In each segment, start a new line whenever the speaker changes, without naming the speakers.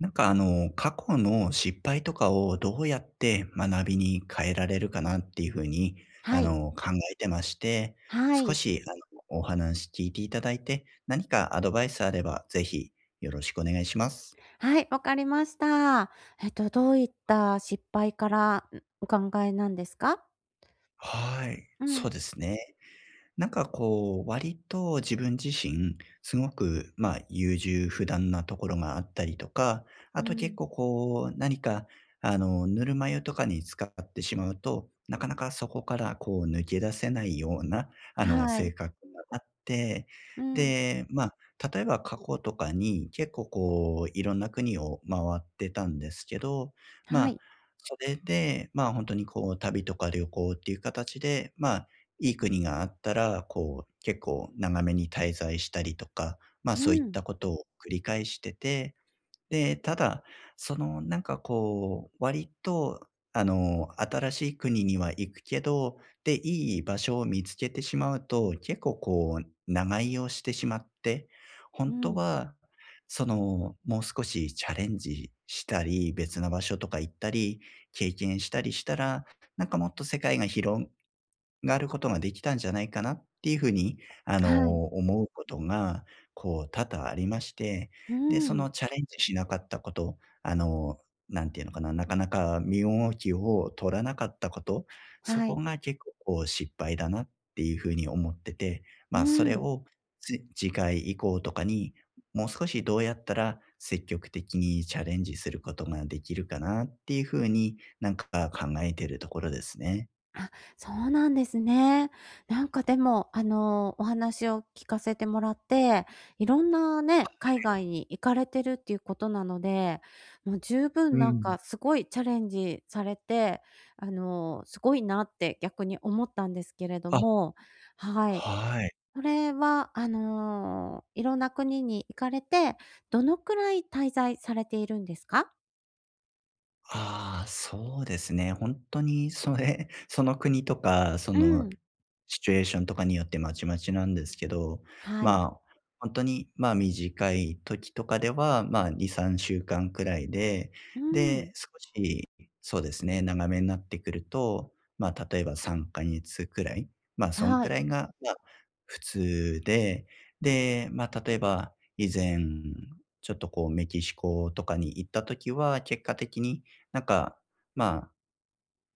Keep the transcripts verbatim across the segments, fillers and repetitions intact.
なんかあの、過去の失敗とかをどうやって学びに変えられるかなっていうふうに、あ
はい。
の、考えてまして、
は
少
い。
しあの、お話聞いていただいて、何かアドバイスあればぜひよろしくお願いします。
はい、わかりました。えっと、どういった失敗から、ん、お考えなんですか？
はい。
う
そ
ん。
うですね。なんかこう、割と自分自身、すごく、まあ、優柔不断なところがあったりとか、
う
あと結
ん。
構こう、何か、あの、ぬるま湯とかに使ってしまうと、なかなかそこからこう抜け出せないような、あの、
は
性
い。
格があって、
うん。
で、まあ、例えば過去とかに結構こう、いろんな国を回ってたんですけど、ま
は
あ、
い。
それで、まあ、本当にこう、旅とか旅行っていう形で、まあいい国があったら、こう、結構長めに滞在したりとか、まあ、
う
そういっ
ん。
たことを繰り返してて、で、ただ、その、なんかこう、割と、あの、新しい国には行くけど、で、いい場所を見つけてしまうと、結構こう、長居をしてしまって、
う
本当
ん。
は、その、もう少しチャレンジしたり、別な場所とか行ったり、経験したりしたら、なんかもっと世界が広があることができたんじゃないかなっていうふうに、あ
はい。
の、思うことが、こう、多々ありまして、
う
で、そ
ん。
のチャレンジしなかったこと、あの、なんていうのかな、なかなか身動きを取らなかったこと、そ
は
こ
い。
が結構、こう、失敗だなっていうふうに思ってて、
う
まあ、それ
ん。
を、つ次回以降とかに、もう少しどうやったら積極的にチャレンジすることができるかなっていうふうに、なんか考えてるところですね。
あ、そうなんですね。なんかでも、あの、お話を聞かせてもらって、いろんなね、海外に行かれてるっていうことなので、もう十
う
分なん
ん。
かすごいチャレンジされて、あの、すごいなって逆に思ったんですけれど
あ
も、はい。
はい。
それは、あの、いろんな国に行かれて、どのくらい滞在されているんですか？
ああ、そうですね。本当にそれ、その国とか、そ
う
の
ん。
シチュエーションとかによってまちまちなんですけど、
はい。
まあ、本当に、まあ、短い時とかでは、まあ、に、さんしゅうかんくらいで、
うん。
で、少し、そうですね、長めになってくると、まあ、例えばさんかげつくらい、まあ、そん
は
く
い。
らいが、まあ、普通で、で、まあ、例えば以前、ちょっとこうメキシコとかに行った時は、結果的になんか、まあ、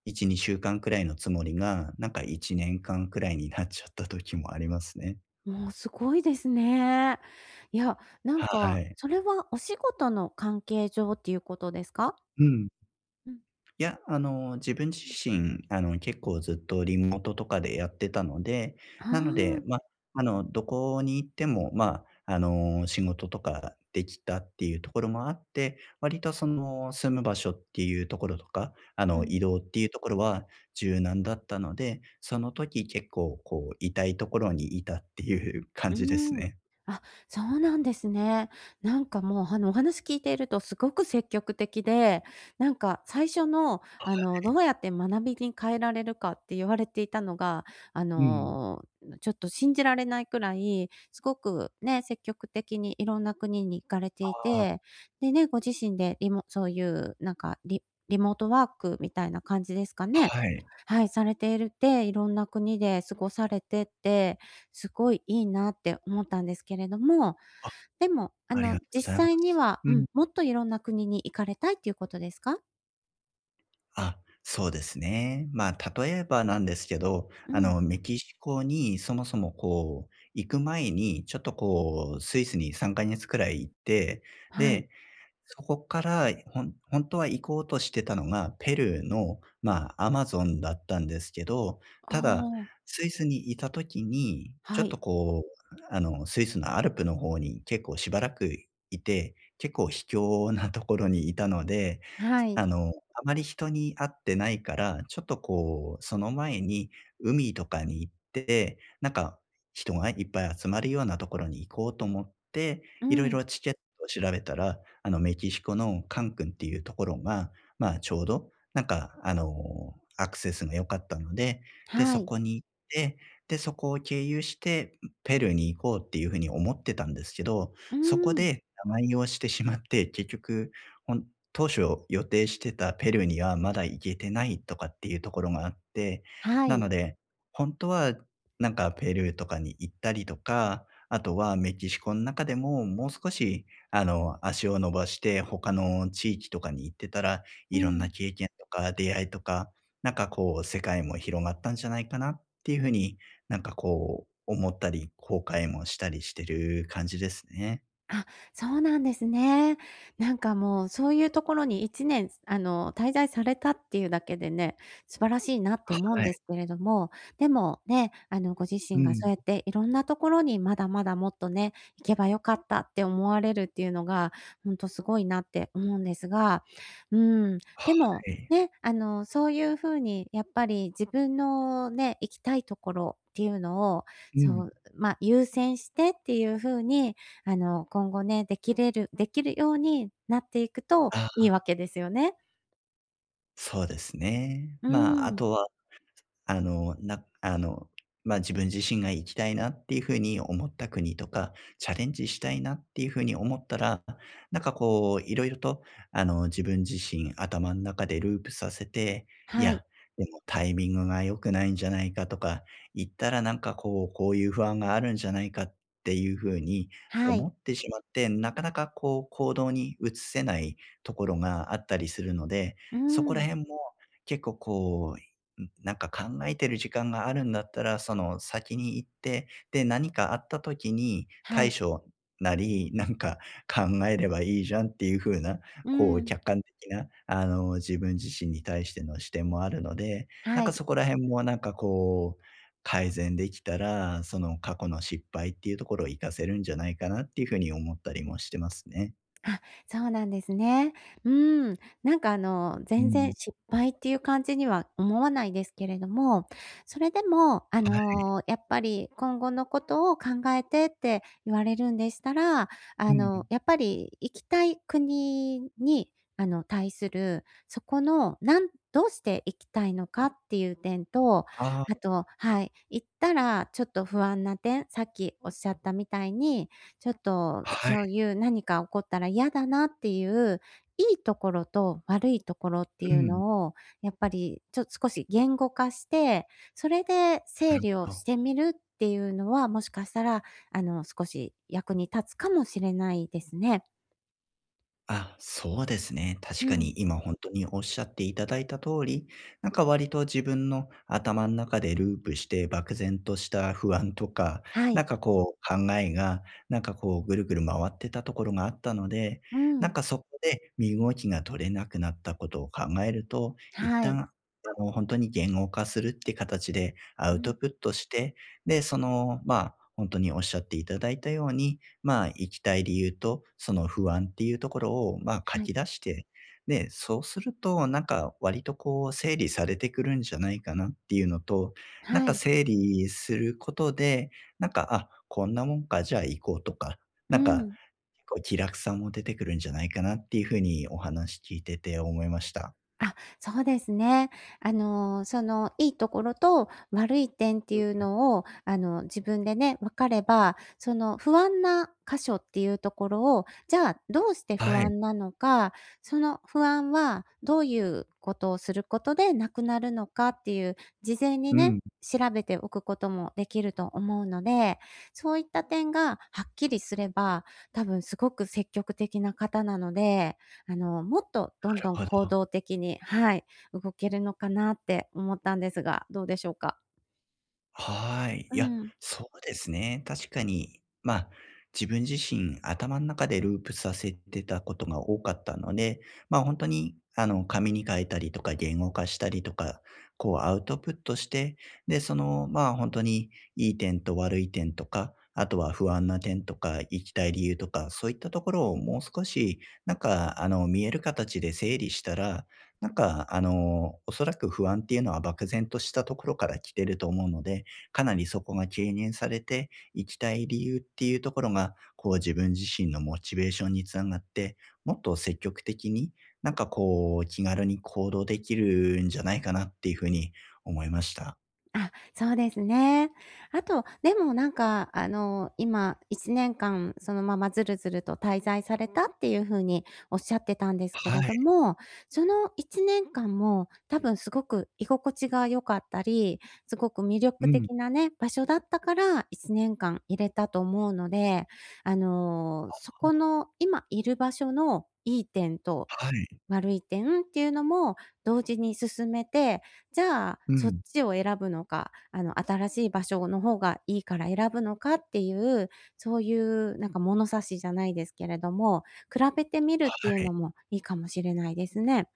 いち、にしゅうかんくらいのつもりが、なんかいちねんかんくらいになっちゃった時もありますね。
もうすごいですね。いや、なん
は
か、
い。
それはお仕事の関係上っていうことですか？
うん。
うん。
いや、あの、自分自身、あの、結構ずっとリモートとかでやってたので、
ああ、
なので、ま、あの、どこに行っても、ま、あの、仕事とかできたっていうところもあって、割とその、住む場所っていうところとか、あ
う
の、
ん。
移動っていうところは柔軟だったので、その時結構こう、いたいところにいたっていう 感
う
じです
ーん。
ね。
あ、そうなんですね。なんかもう、あの、お話聞いているとすごく積極的で、なんか最初の、あの、
は
ど
い。
うやって学びに変えられるかって言われていたのが、あ
うん。
の、ちょっと信じられないくらい、すごくね、積極的にいろんな国に行かれてい
ああ、
て、でね、ご自身でリモそういうなんかリリモートワークみたいな感じですかね。
はい。
はい、されているって、いろんな国で過ごされてって、すごいいいなって思ったんですけれども、
あ、
でも、あ
あり
の、
がとう
実
ございま
際に
す。
は、
う
う
ん。
ん、もっといろんな国に行かれたいっていうことですか？
あ、そうですね。まあ、例えばなんですけど、
う
あ
ん、
の、メキシコにそもそもこう、行く前に、ちょっとこう、スイスにさんかげつくらい行って、
はい。
で、そこから、ほん本当は行こうとしてたのが、ペルーの、まあ、アマゾンだったんですけど、
あ
ただ、
あ、
スイスにいた時に、ちょ
は
っと
い。
こう、あの、スイスのアルプの方に結構しばらくいて、結構卑怯なところにいたので、
はい。
あの、あまり人に会ってないから、ちょっとこう、その前に海とかに行って、なんか、人がいっぱい集まるようなところに行こうと思って、
う
いろい
ん、
ろチケットを調べたらあの、メキシコのカンクンっていうところが、まあ、ちょうど、なんか、あの、アクセスが良かったので、で、
は
そ
い。
こに行って、で、そこを経由して、ペルーに行こうっていう風に思ってたんですけど、
う
そこ
ん、
で蛇行をしてしまって、結局、ほん当初予定してたペルーにはまだ行けてないとかっていうところがあって、
は
な
い。
ので、本当は、なんかペルーとかに行ったりとか、あとはメキシコの中でも、もう少しあの、足を伸ばして他の地域とかに行ってたら、
う
いろんな
ん。
経験とか出会いとか、なんかこう世界も広がったんじゃないかなっていう風に、なんかこう思ったり、後悔もしたりしてる感じですね。
あ、そうなんですね。なんかもう、そういうところにいちねん、あの、滞在されたっていうだけでね、素晴らしいなって思う
は
んで
い。
すけれども、でもね、あの、ご自
う
身が
ん。
そうやっていろんなところにまだまだもっとね、行けばよかったって思われるっていうのが、ほんとすごいなって思うんですが、うん、でも、
はい。
ね、あの、そういうふうにやっぱり自分のね、行きたいところっていうのを、
うん。
そう、まあ、優先してっていうふうにあの、今後ね、できれるできるようになっていくと
あ
い
あ、
いわけですよね。
そうですね。
う
まあ、あ
ん。
とはあの、なあの、まあ、自分自身が行きたいなっていう風に思った国とか、チャレンジしたいなっていう風に思ったら、なんかこういろいろとあの、自分自身頭の中でループさせて、い
は
や、
い。
でもタイミングが良くないんじゃないかとか、行ったらなんかこう、こういう不安があるんじゃないかっていう風に
は
思
い。
ってしまって、なかなかこう行動に移せないところがあったりするので、
う
そこら
ん。
辺も結構こん、なんか考えてる時間があるんだったら、その先に行って、で、何かあった時に
は
対
い。
処なり、なんか考えればいいじゃんっていう風な、
う
こう
ん。
客観的な、あの、自分自身に対しての視点もあるので、なん
は
か
い。
そこら辺もなんかこう、改善できたら、その過去の失敗っていうところを活かせるんじゃないかなっていう風に思ったりもしてますね。
あ、そうなんですね。うん。なんかあの、
う
全
ん。
然失敗っていう感じには思わないですけれども、それでも、あ
はい。
の、やっぱり今後のことを考えてって言われるんでしたら、
う
あ
ん。
の、やっぱり行きたい国に、あの、対する、そこの、なんどうして行きたいのかっていう点と、
あ
あ
あ、
とはい、行ったらちょっと不安な点、さっきおっしゃったみたいに、ちょっと
は
そう
い。
いう何か起こったら嫌だなっていう、いいところと悪いところってい
う
う
ん、
のを、やっぱりちょっと少し言語化して、それで
な
整
る
理を
ほ
し
ど。
てみるっていうのは、もしかしたら、あの、少し役に立つかもしれないですね。
あ、そうですね。確
う
か
ん。
に今本当におっしゃっていただいた通り、なんか割と自分の頭の中でループして漠然とした不安とか、
は
なん
い。
かこう考えが、なんかこうぐるぐる回ってたところがあったので、
う
なん
ん。
かそこで身動きが取れなくなったことを考えると、一
はい。
旦あの、本当に言語化するって形でアウ
う
ト
ん。
プットして、で、その、まあ、本当におっしゃっていただいたようにまあ、行きたい理由と、その不安っていうところを、まあ、書
はい。
き出して、で、そうすると、なんか、割とこう、整理されてくるんじゃないかなっていうのと、なん
は
か
い。
整理することで、なんか、あ、こんなもんか、じゃあ行こうとか、
う
なんか、
ん。
結構気楽さも出てくるんじゃないかなっていうふうにお話聞いてて思いました。
あ、そうですね。あの、その、いいところと悪い点って
う
いう
ん。
のを、あの、自分でね、分かれば、その不安な箇所っていうところを、じゃあ、どうして不
はい。
安なのか、その不安はどういうことをすることでなくなるのかっていう、事前に
うん、
ね、
な
調べておくこともできると思うので、そういった点がはっきりすれば、多分すごく積極的な方なのであの、もっとどん
る
どん
ほ
行
ど。
動的にはい、動けるのかなって思ったんですが、どうでしょうか？
はい。い
う
や、
ん、
そうですね。確かに、まあ、自分自身、頭の中でループさせてたことが多かったので、まあ、本当に、あの、紙に書いたりとか言語化したりとか、こうアウトプットして、で、その、まあ、本当にいい点と悪い点とか、あとは不安な点とか、行きたい理由とか、そういったところをもう少し、なんか、あの、見える形で整理したら、なんか、あの、おそらく不安っていうのは漠然としたところから来てると思うのでかなりそこが軽減されて、行きたい理由っていうところが、こう自分自身のモチベーションにつながって、もっと積極的に、なんかこう、気軽に行動できるんじゃないかなっていうふうに思いました。
あ、そうですね。あと、でもなんか、あの、今いちねんかんそのままずるずると滞在されたっていう風におっしゃってたんですけ
は
れど
い。
も、そのいちねんかんも多分すごく居心地が良かったり、すごく魅
う
力
ん。
的なね、場所だったからいちねんかん入れたと思うので、あの、そこの今いる場所のいい点と
はい。
悪い点っていうのも同時に進めて、じゃあ、
う
そっ
ん。
ちを選ぶのか、あの、新しい場所の方がいいから選ぶのかっていう、そういうなんか物差しじゃないですけれども、比べてみる
は
っていう
い。
のもいいかもしれないですね。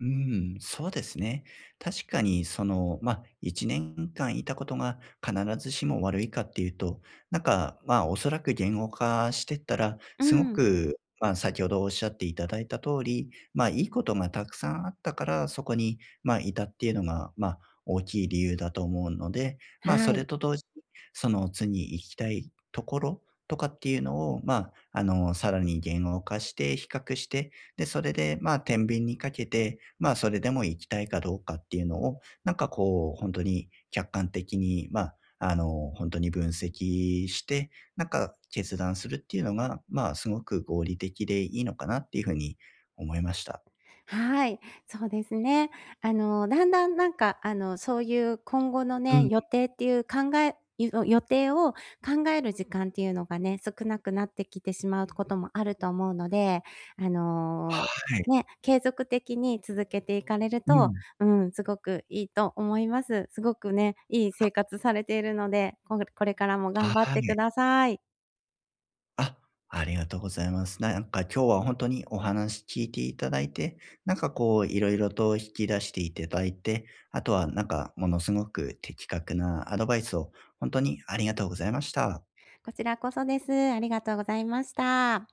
うーん、そうですね。確かに、その、まあ、いちねんかんいたことが必ずしも悪いかっていうと、なんか、まあ、おそらく言語化してったら、
う
すご
ん、
く、まあ、先ほどおっしゃっていただいた通り、まあ、いいことがたくさんあったから、そこに、まあ、いたっていうのが、まあ、大きい理由だと思うので、まあ、そ
は
れ
い。
と同時に、その次行きたいところとかっていうのを、まあ、あの、さらに言語化して比較してで、それで、まあ、天秤にかけて、まあ、それでも行きたいかどうかっていうのを、なんかこう、本当に客観的に、まあ、あの、本当に分析して、なんか決断するっていうのが、まあ、すごく合理的でいいのかなっていうふうに思いました。
はい、そうですね。あの、だんだんなんか、あの、そういう今後の
う
ね、
ん。
予定っていう考えゆ予定を考える時間っていうのがね、少なくなってきてしまうこともあると思うので、あの、
はい。
ね、継続的に続けていかれる
う
と、
ん。
うん、すごくいいと思います。すごくね、いい生活されているので、ここれからも
は
頑張って
い。
ください。
あ、ありがとうございます。なんか今日は本当にお話聞いていただいて、なんかこういろいろと引き出していただいて、あとはなんかものすごく的確なアドバイスを本当にありがとうございました。
こちらこそです。ありがとうございました。